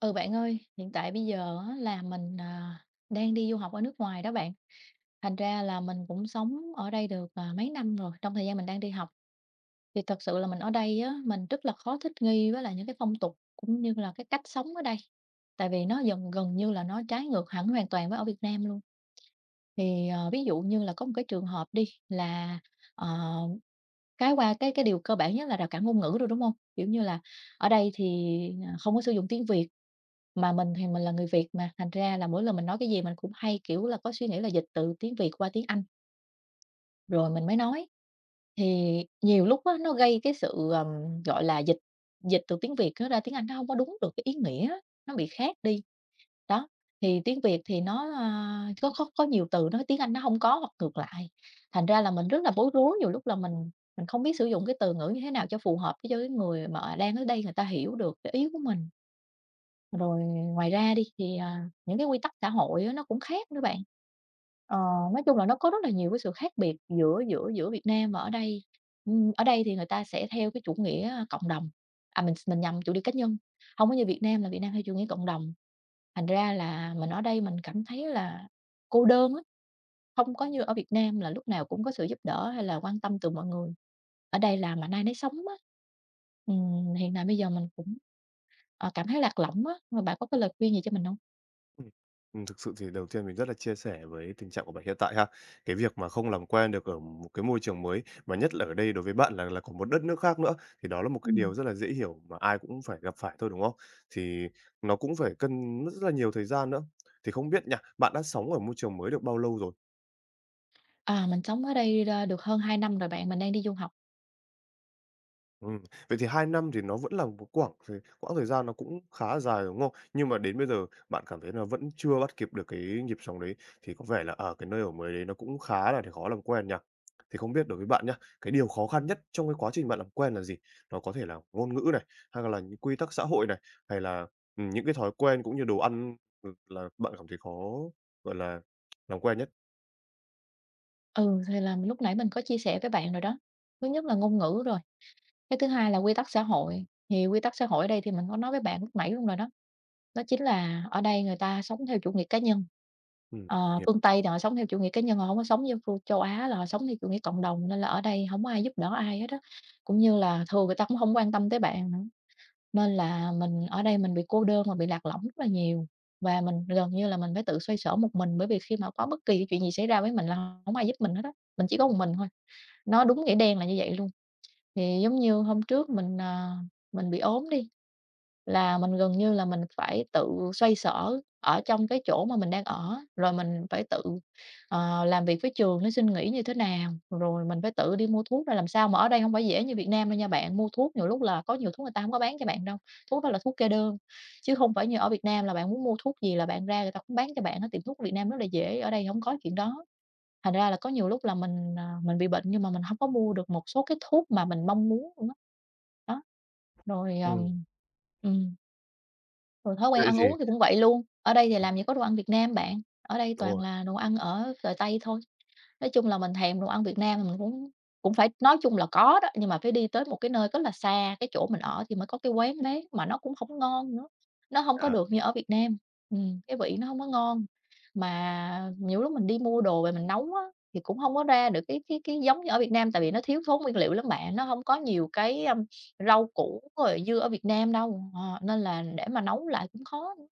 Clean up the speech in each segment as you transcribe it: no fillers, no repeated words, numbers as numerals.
Ừ, bạn ơi, hiện tại bây giờ á là mình, à, đang đi du học ở nước ngoài đó bạn. Thành ra là mình cũng sống ở đây được, à, mấy năm rồi, trong thời gian mình đang đi học. Thì thật sự là mình ở đây á, mình rất là khó thích nghi với lại những cái phong tục cũng như là cái cách sống ở đây, tại vì nó dần gần như là nó trái ngược hẳn hoàn toàn với ở Việt Nam luôn. Thì, ờ, ví dụ như là có một cái trường hợp đi là, ờ, cái qua cái điều cơ bản nhất là rào cản ngôn ngữ rồi, đúng không? Kiểu như là, ở đây thì, à, không có sử dụng tiếng Việt. Mà mình thì mình là người Việt mà, thành ra là mỗi lần mình nói cái gì mình cũng hay, kiểu là, có suy nghĩ là dịch từ tiếng Việt qua tiếng Anh rồi mình mới nói. Thì nhiều lúc á, nó gây cái sự, gọi là, dịch dịch từ tiếng Việt á ra tiếng Anh nó hông có đúng được cái ý nghĩa, nó bị khác đi. Đó, thì tiếng Việt thì nó, a, có nhiều từ nó tiếng Anh nó hông có hoặc ngược lại, thành ra là mình rất là bối rối, nhiều lúc là mình không biết sử dụng cái từ ngữ như thế nào cho phù hợp với cho cái người mà đang ở đây người ta hiểu được cái ý của mình. Rồi ngoài ra đi thì, à, những cái quy tắc xã hội á nó cũng khác nữa bạn. Ờ, nói chung là nó có rất là nhiều cái sự khác biệt giữa giữa giữa Việt Nam và ở đây. Ở đây thì người ta sẽ theo cái chủ nghĩa à, cộng đồng, à, mình nhầm chủ nghĩa cá nhân, không có như Việt Nam là Việt Nam theo chủ nghĩa cộng đồng. Thành ra là mình ở đây mình cảm thấy là cô đơn á, không có như ở Việt Nam là lúc nào cũng có sự giúp đỡ hay là quan tâm từ mọi người. Ở đây là mạnh ai nấy sống á. Hiện tại bây giờ mình cũng ờ, cảm thấy lạc lõng á, mà bạn có cái lời khuyên gì cho mình không? Ừm. Thực sự thì đầu tiên mình rất là chia sẻ với tình trạng của bạn hiện tại ha. Cái việc mà không làm quen được ở một cái môi trường mới, mà nhất là ở đây đối với bạn là còn một đất nước khác nữa, thì đó là một cái Ừm. điều rất là dễ hiểu mà ai cũng phải gặp phải thôi, đúng không? Thì nó cũng phải cần rất là nhiều thời gian nữa. Thì không biết nha, bạn đã sống ở môi trường mới được bao lâu rồi? À, mình sống ở đây, a, được hơn 2 năm rồi bạn, mình đang đi du học. Ừm, vậy thì 2 năm thì nó vẫn là một quảng thời quãng thời gian nó cũng khá là dài, đúng không? Nhưng mà đến bây giờ bạn cảm thấy là vẫn chưa bắt kịp được cái nhịp sống đấy, thì có vẻ là, ở cái nơi ở mới đấy nó cũng khá là khó làm quen nhỉ? Thì không biết đối với bạn nhá, cái điều khó khăn nhất trong cái quá trình bạn làm quen là gì? Nó có thể là ngôn ngữ này, hay là những quy tắc xã hội này, hay là, những cái thói quen cũng như đồ ăn, ừ, là bạn cảm thấy khó, gọi là, làm quen nhất? Ừ, thì là lúc nãy mình có chia sẻ với bạn rồi đó. Thứ nhất là ngôn ngữ rồi, cái thứ hai là quy tắc xã hội, thì quy tắc xã hội ở đây thì mình có nói với bạn lúc nãy luôn rồi đó, đó chính là ở đây người ta sống theo chủ nghĩa cá nhân. Ừm. Ờ, phương Tây thì họ sống theo chủ nghĩa cá nhân, họ không có sống như phương châu Á là họ sống theo chủ nghĩa cộng đồng, nên là ở đây không có ai giúp đỡ ai hết đó. Cũng như là thường người ta cũng không quan tâm tới bạn nữa. Nên là mình ở đây mình bị cô đơn và bị lạc lõng rất là nhiều, và mình gần như là mình phải tự xoay sở một mình, bởi vì khi mà có bất kỳ cái chuyện gì xảy ra với mình là hổng ai giúp mình hết á, mình chỉ có một mình thôi, nó đúng nghĩa đen là như vậy luôn. Thì giống như hôm trước mình, à, mình bị ốm đi, là mình gần như là mình phải tự xoay sở ở trong cái chỗ mà mình đang ở, rồi mình phải tự, ờ, làm việc với trường để xin nghỉ như thế nào, rồi mình phải tự đi mua thuốc ra làm sao. Mà ở đây không phải dễ như Việt Nam đâu nha bạn, mua thuốc nhiều lúc là có nhiều thuốc người ta không có bán cho bạn đâu, thuốc đó là thuốc kê đơn, chứ không phải như ở Việt Nam là bạn muốn mua thuốc gì là bạn ra người ta cũng bán cho bạn á, tiệm thuốc Việt Nam rất là dễ, ở đây không có chuyện đó. Thành ra là có nhiều lúc là mình, ờ, mình bị bệnh nhưng mà mình không có mua được một số cái thuốc mà mình mong muốn luôn á. Đó, rồi, Ừm. Ừm. Rồi thói quen Vậy ăn thì uống thì cũng vậy luôn, ở đây thì ừm, làm gì có đồ ăn Việt Nam bạn, ở đây đúng toàn rồi, là đồ ăn ở thời Tây thôi. Nói chung là mình thèm đồ ăn Việt Nam thì mình cũng cũng phải nói chung là có đó, nhưng mà phải đi tới một cái nơi rất là xa cái chỗ mình ở thì mới có cái quán đấy, mà nó cũng không ngon nữa, nó không có à, được như ở Việt Nam. Cái vị nó không có ngon, mà nhiều lúc mình đi mua đồ về mình nấu á, thì cũng không có ra được cái giống như ở Việt Nam, tại vì nó thiếu thốn nguyên liệu lắm bạn, nó không có nhiều cái, rau củ rồi dưa ở Việt Nam đâu, ờ, nên là để mà nấu lại cũng khó nữa.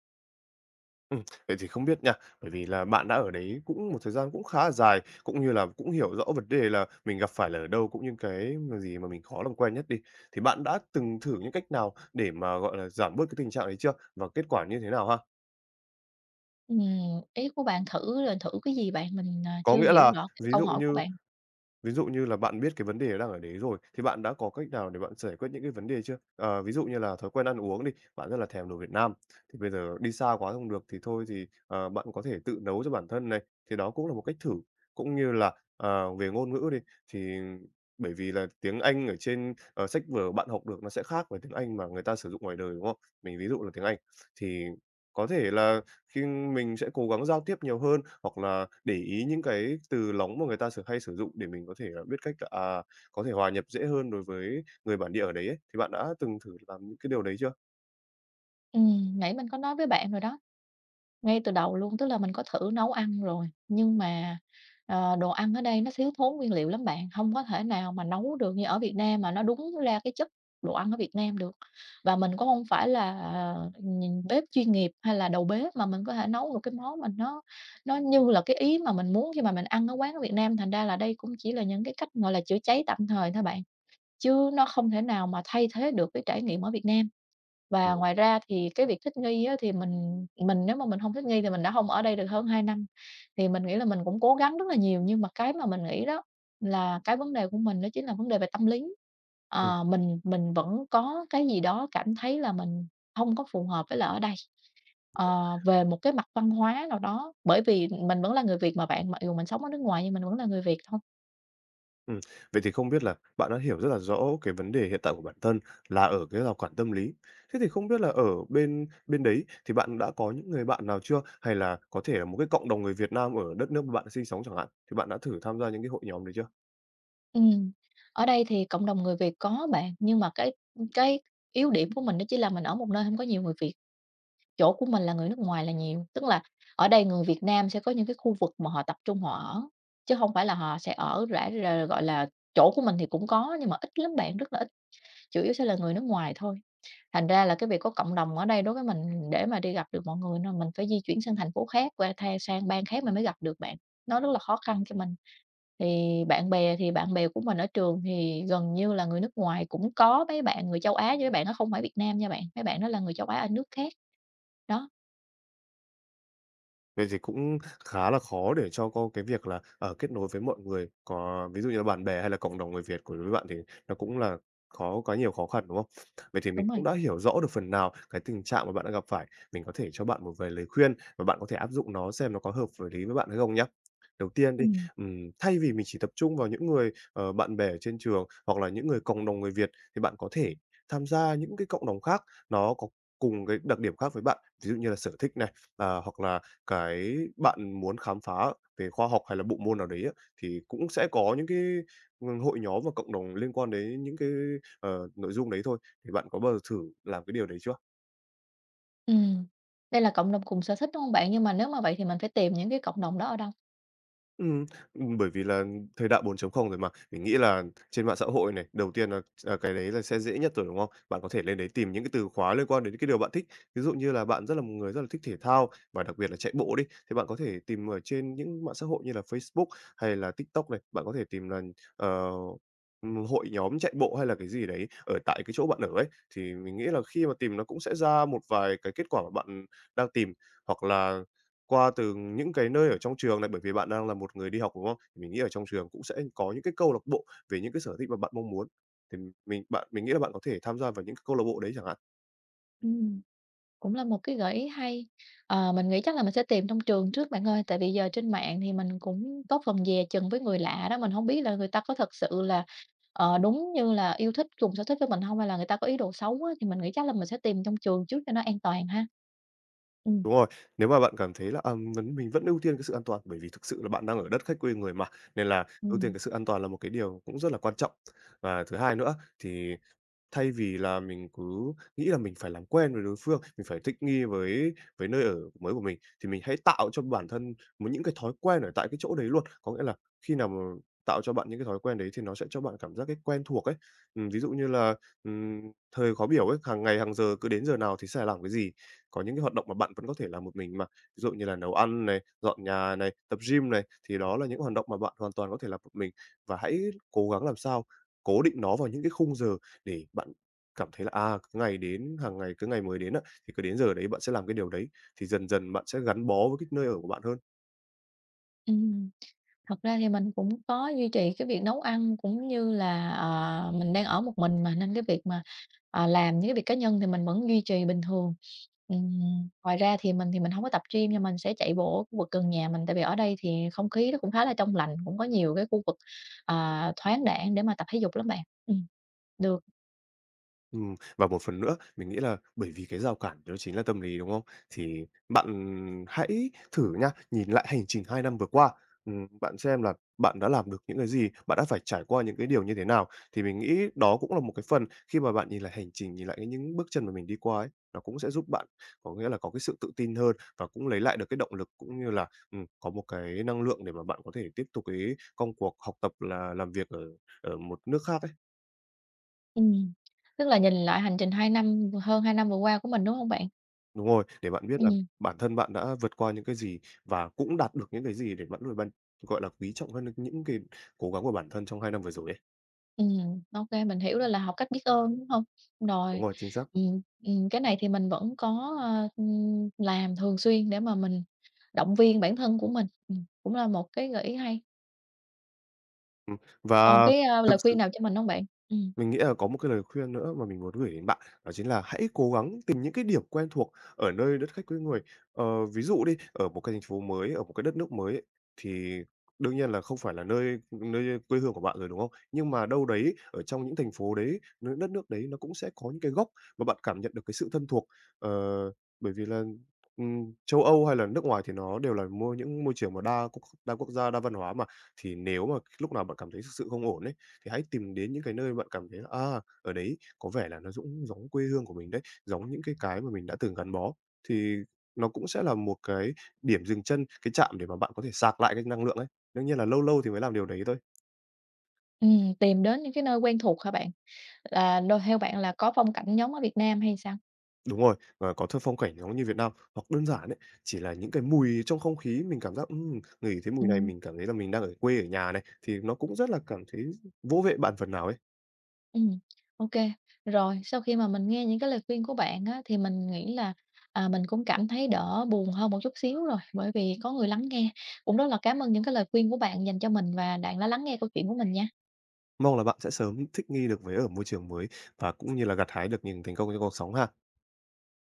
Ừm, vậy thì không biết nha, bởi vì là bạn đã ở đấy cũng một thời gian cũng khá là dài, cũng như là cũng hiểu rõ vấn đề là mình gặp phải là ở đâu, cũng như cái mà gì mà mình khó làm quen nhất đi. Thì bạn đã từng thử những cách nào để mà, gọi là, giảm bớt cái tình trạng đấy chưa? Và kết quả như thế nào ha? Ừm, ý của bạn thử rồi thử cái gì bạn? Mình, à, Có chưa nghĩa hiểu là rõ cái ví câu dụ hỏi của như bạn. ví dụ như là bạn biết cái vấn đề đang ở đấy rồi, thì bạn đã có cách nào để bạn giải quyết những cái vấn đề chưa? Ờ, ví dụ như là thói quen ăn uống đi, bạn rất là thèm đồ Việt Nam, thì bây giờ đi xa quá không được thì thôi thì, ờ, bạn có thể tự nấu cho bản thân này, thì đó cũng là một cách thử. Cũng như là, ờ, về ngôn ngữ đi, thì bởi vì là tiếng Anh ở trên, ờ, sách vở bạn học được nó sẽ khác với tiếng Anh mà người ta sử dụng ngoài đời, đúng không? Mình ví dụ là tiếng Anh, thì có thể là khi mình sẽ cố gắng giao tiếp nhiều hơn, hoặc là để ý những cái từ lóng mà người ta hay sử dụng để mình có thể, à, biết cách, là, à, có thể hòa nhập dễ hơn đối với người bản địa ở đấy ấy, thì bạn đã từng thử làm những cái điều đấy chưa? Nãy mình có nói với bạn rồi đó, ngay từ đầu luôn, tức là mình có thử nấu ăn rồi, nhưng mà, ờ, đồ ăn ở đây nó thiếu thốn nguyên liệu lắm bạn, không có thể nào mà nấu được như ở Việt Nam mà nó đúng ra cái chất đồ ăn ở Việt Nam được. Và mình cũng không phải là, ờ, nhìn bếp chuyên nghiệp hay là đầu bếp mà mình có thể nấu được cái món mà nó như là cái ý mà mình muốn khi mà mình ăn ở quán ở Việt Nam, thành ra là đây cũng chỉ là những cái cách, gọi là, chữa cháy tạm thời thôi bạn. Chứ nó không thể nào mà thay thế được cái trải nghiệm ở Việt Nam. Và Hiểu. ngoài ra thì cái việc thích nghi á, thì mình nếu mà mình không thích nghi thì mình đã không ở đây được hơn 2 năm, thì mình nghĩ là mình cũng cố gắng rất là nhiều. Nhưng mà cái mà mình nghĩ đó là cái vấn đề của mình đó chính là vấn đề về tâm lý. ừ Ờ, mình vẫn có cái gì đó cảm thấy là mình không có phù hợp với là ở đây, ờ, về một cái mặt văn hóa nào đó, bởi vì mình vẫn là người Việt mà bạn, mặc dù mình sống ở nước ngoài nhưng mình vẫn là người Việt thôi. ừm. Vậy thì không biết là bạn đã hiểu rất là rõ cái vấn đề hiện tại của bản thân là ở cái rào cản tâm lý. Thế thì không biết là ở bên bên đấy thì bạn đã có những người bạn nào chưa? Hay là có thể là một cái cộng đồng người Việt Nam ở đất nước mà bạn sinh sống chẳng hạn, thì bạn đã thử tham gia những cái hội nhóm đấy chưa? Ừm, ở đây thì cộng đồng người Việt có bạn, nhưng mà cái yếu điểm của mình đó chỉ là mình ở một nơi không có nhiều người Việt, chỗ của mình là người nước ngoài là nhiều. Tức là ở đây người Việt Nam sẽ có những cái khu vực mà họ tập trung họ ở, chứ không phải là họ sẽ ở rải r gọi là, chỗ của mình thì cũng có nhưng mà ít lắm bạn, rất là ít, chủ yếu sẽ là người nước ngoài thôi. Thành ra là cái việc có cộng đồng ở đây đối với mình để mà đi gặp được mọi người là mình phải di chuyển sang thành phố khác, qua the sang bang khác mình mới gặp được bạn, nó rất là khó khăn cho mình. Thì bạn bè của mình ở trường thì gần như là người nước ngoài, cũng có mấy bạn người châu Á nhưng mấy bạn nó không phải Việt Nam nha bạn, mấy bạn đó là người châu Á ở nước khác. Đó, Vậy thì cũng khá là khó để cho có cái việc là, ở kết nối với mọi người, có ví dụ như là bạn bè hay là cộng đồng người Việt của đối với bạn thì nó cũng là khó có nhiều khó khăn, đúng không? Vậy thì mình đúng rồi, cũng đã hiểu rõ được phần nào cái tình trạng mà bạn đang gặp phải, mình có thể cho bạn một vài lời khuyên và bạn có thể áp dụng nó xem nó có hợp với lý với bạn hay không nhé. Đầu tiên đi, ừm, thay vì mình chỉ tập trung vào những người, ờ, bạn bè ở trên trường hoặc là những người cộng đồng người Việt thì bạn có thể tham gia những cái cộng đồng khác nó có cùng cái đặc điểm khác với bạn, ví dụ như là sở thích này, à, hoặc là cái bạn muốn khám phá về khoa học hay là bộ môn nào đấy á, thì cũng sẽ có những cái, hội nhóm và cộng đồng liên quan đến những cái, ờ, nội dung đấy thôi. Thì bạn có bao giờ thử làm cái điều đấy chưa? ừm, đây là cộng đồng cùng sở thích, đúng không bạn? Nhưng mà nếu mà vậy thì mình phải tìm những cái cộng đồng đó ở đâu? Ừm, bởi vì là thời đại 4.0 rồi mà, mình nghĩ là trên mạng xã hội này, đầu tiên là cái đấy là sẽ dễ nhất rồi, đúng không? Bạn có thể lên đấy tìm những cái từ khóa liên quan đến cái điều bạn thích. Ví dụ như là bạn rất là một người rất là thích thể thao và đặc biệt là chạy bộ đi, thì bạn có thể tìm ở trên những mạng xã hội như là Facebook hay là TikTok này, bạn có thể tìm là, ờ, hội nhóm chạy bộ hay là cái gì đấy ở tại cái chỗ bạn ở ấy, thì mình nghĩ là khi mà tìm nó cũng sẽ ra một vài cái kết quả mà bạn đang tìm. Hoặc là qua từ những cái nơi ở trong trường này, bởi vì bạn đang là một người đi học, đúng không? Thì mình nghĩ ở trong trường cũng sẽ có những cái câu lạc bộ về những cái sở thích mà bạn mong muốn, thì mình nghĩ là bạn có thể tham gia vào những cái câu lạc bộ đấy chẳng hạn. Ừm. Cũng là một cái gợi ý hay. Ờ, mình nghĩ chắc là mình sẽ tìm trong trường trước bạn ơi, tại vì giờ trên mạng thì mình cũng có phần dè chừng với người lạ đó, mình không biết là người ta có thật sự là, ờ, đúng như là yêu thích, cùng sở thích với mình không hay là người ta có ý đồ xấu á, thì mình nghĩ chắc là mình sẽ tìm trong trường trước cho nó an toàn ha. Ừm, Đúng rồi, nếu mà bạn cảm thấy là, à, mình vẫn ưu tiên cái sự an toàn, bởi vì thực sự là bạn đang ở đất khách quê người mà, nên là ưu tiên ừm, cái sự an toàn là một cái điều cũng rất là quan trọng. Và thứ hai nữa thì thay vì là mình cứ nghĩ là mình phải làm quen với đối phương, mình phải thích nghi với nơi ở mới của mình, thì mình hãy tạo cho bản thân những cái thói quen ở tại cái chỗ đấy luôn. Có nghĩa là khi nào mà tạo cho bạn những cái thói quen đấy thì nó sẽ cho bạn cảm giác cái quen thuộc ấy. Ví dụ như là, ừm, thời khó biểu ấy, hàng ngày hàng giờ cứ đến giờ nào thì sẽ phải làm cái gì. Có những cái hoạt động mà bạn vẫn có thể làm một mình mà, ví dụ như là nấu ăn này, dọn nhà này, tập gym này, thì đó là những hoạt động mà bạn hoàn toàn có thể làm một mình. Và hãy cố gắng làm sao cố định nó vào những cái khung giờ để bạn cảm thấy là, à, cứ ngày đến hàng ngày cứ ngày mới đến á, thì cứ đến giờ đấy bạn sẽ làm cái điều đấy, thì dần dần bạn sẽ gắn bó với cái nơi ở của bạn hơn. ừm. Thật ra thì mình cũng có duy trì cái việc nấu ăn cũng như là, ờ, mình đang ở một mình mà nên cái việc mà, à, làm những cái việc cá nhân thì mình vẫn duy trì bình thường. Ngoài ra thì mình hông có tập gym nhưng mình sẽ chạy bộ ở khu vực gần nhà mình, tại vì ở đây thì không khí nó cũng khá là trong lành, cũng có nhiều cái khu vực, à, thoáng đãng để mà tập thể dục lắm bạn. Ừm, được, Và một phần nữa, mình nghĩ là bởi vì cái rào cản đó chính là tâm lý, đúng không? Thì bạn hãy thử nha, nhìn lại hành trình 2 năm vừa qua, bạn xem là bạn đã làm được những cái gì, bạn đã phải trải qua những cái điều như thế nào. Thì mình nghĩ đó cũng là một cái phần khi mà bạn nhìn lại hành trình, nhìn lại cái những bước chân mà mình đi qua ấy, nó cũng sẽ giúp bạn có nghĩa là có cái sự tự tin hơn và cũng lấy lại được cái động lực, cũng như là, có một cái năng lượng để mà bạn có thể tiếp tục cái công cuộc học tập là làm việc ở ở một nước khác ấy. ừm, tức là nhìn lại hành trình 2 năm hơn 2 năm vừa qua của mình, đúng hông bạn? Đúng rồi, để bạn biết là Ừm, bản thân bạn đã vượt qua những cái gì và cũng đạt được những cái gì để bạn có thể bạn, gọi là, quý trọng hơn những cái cố gắng của bản thân trong 2 năm vừa rồi ấy. Ô kê, mình hiểu rồi là học cách biết ơn, đúng hông? Đúng Rồi, rồi, chính xác. Cái này thì mình vẫn có, làm thường xuyên để mà mình động viên bản thân của mình, cũng là một cái gợi ý hay. Ừm, Còn và cái, a, thực lời s khuyên nào cho mình hông bạn? Ừm. Mình nghĩ là có một cái lời khuyên nữa mà mình muốn gửi đến bạn, đó chính là hãy cố gắng tìm những cái điểm quen thuộc ở nơi đất khách quê người. Ờ, ví dụ đi, ở một cái thành phố mới, ở một cái đất nước mới ấy, thì đương nhiên là không phải là nơi nơi quê hương của bạn rồi, đúng không? Nhưng mà đâu đấy ở trong những thành phố đấy, nơi đất nước đấy nó cũng sẽ có những cái góc mà bạn cảm nhận được cái sự thân thuộc. Ờ, bởi vì là, châu Âu hay là nước ngoài thì nó đều là mua những môi trường mà đa quốc gia, đa văn hóa mà, thì nếu mà lúc nào bạn cảm thấy thực sự không ổn ấy, thì hãy tìm đến những cái nơi bạn cảm thấy là, à, ở đấy có vẻ là nó dũng giống quê hương của mình đấy, giống những cái mà mình đã từng gắn bó. Thì nó cũng sẽ là một cái điểm dừng chân, cái trạm để mà bạn có thể sạc lại cái năng lượng ấy. Đương nhiên là lâu lâu thì mới làm điều đấy thôi. Tìm đến những cái nơi quen thuộc hả bạn? Là nơi theo bạn là có phong cảnh giống ở Việt Nam hay sao? Đúng rồi, và có thơ phong cảnh giống như Việt Nam, hoặc đơn giản ấy, chỉ là những cái mùi trong không khí mình cảm giác, ngửi thấy mùi này Ừm, mình cảm thấy là mình đang ở quê, ở nhà này, thì nó cũng rất là cảm thấy vỗ về bạn phần nào ấy. ừm, ô rồi, sau khi mà mình nghe những cái lời khuyên của bạn á, thì mình nghĩ là, à, mình cũng cảm thấy đỡ buồn hơn một chút xíu rồi, bởi vì có người lắng nghe. Cũng rất là cảm ơn những cái lời khuyên của bạn dành cho mình và bạn đã lắng nghe câu chuyện của mình nha. Mong là bạn sẽ sớm thích nghi được với ở môi trường mới và cũng như là gặt hái được những thành công trong cuộc sống ha.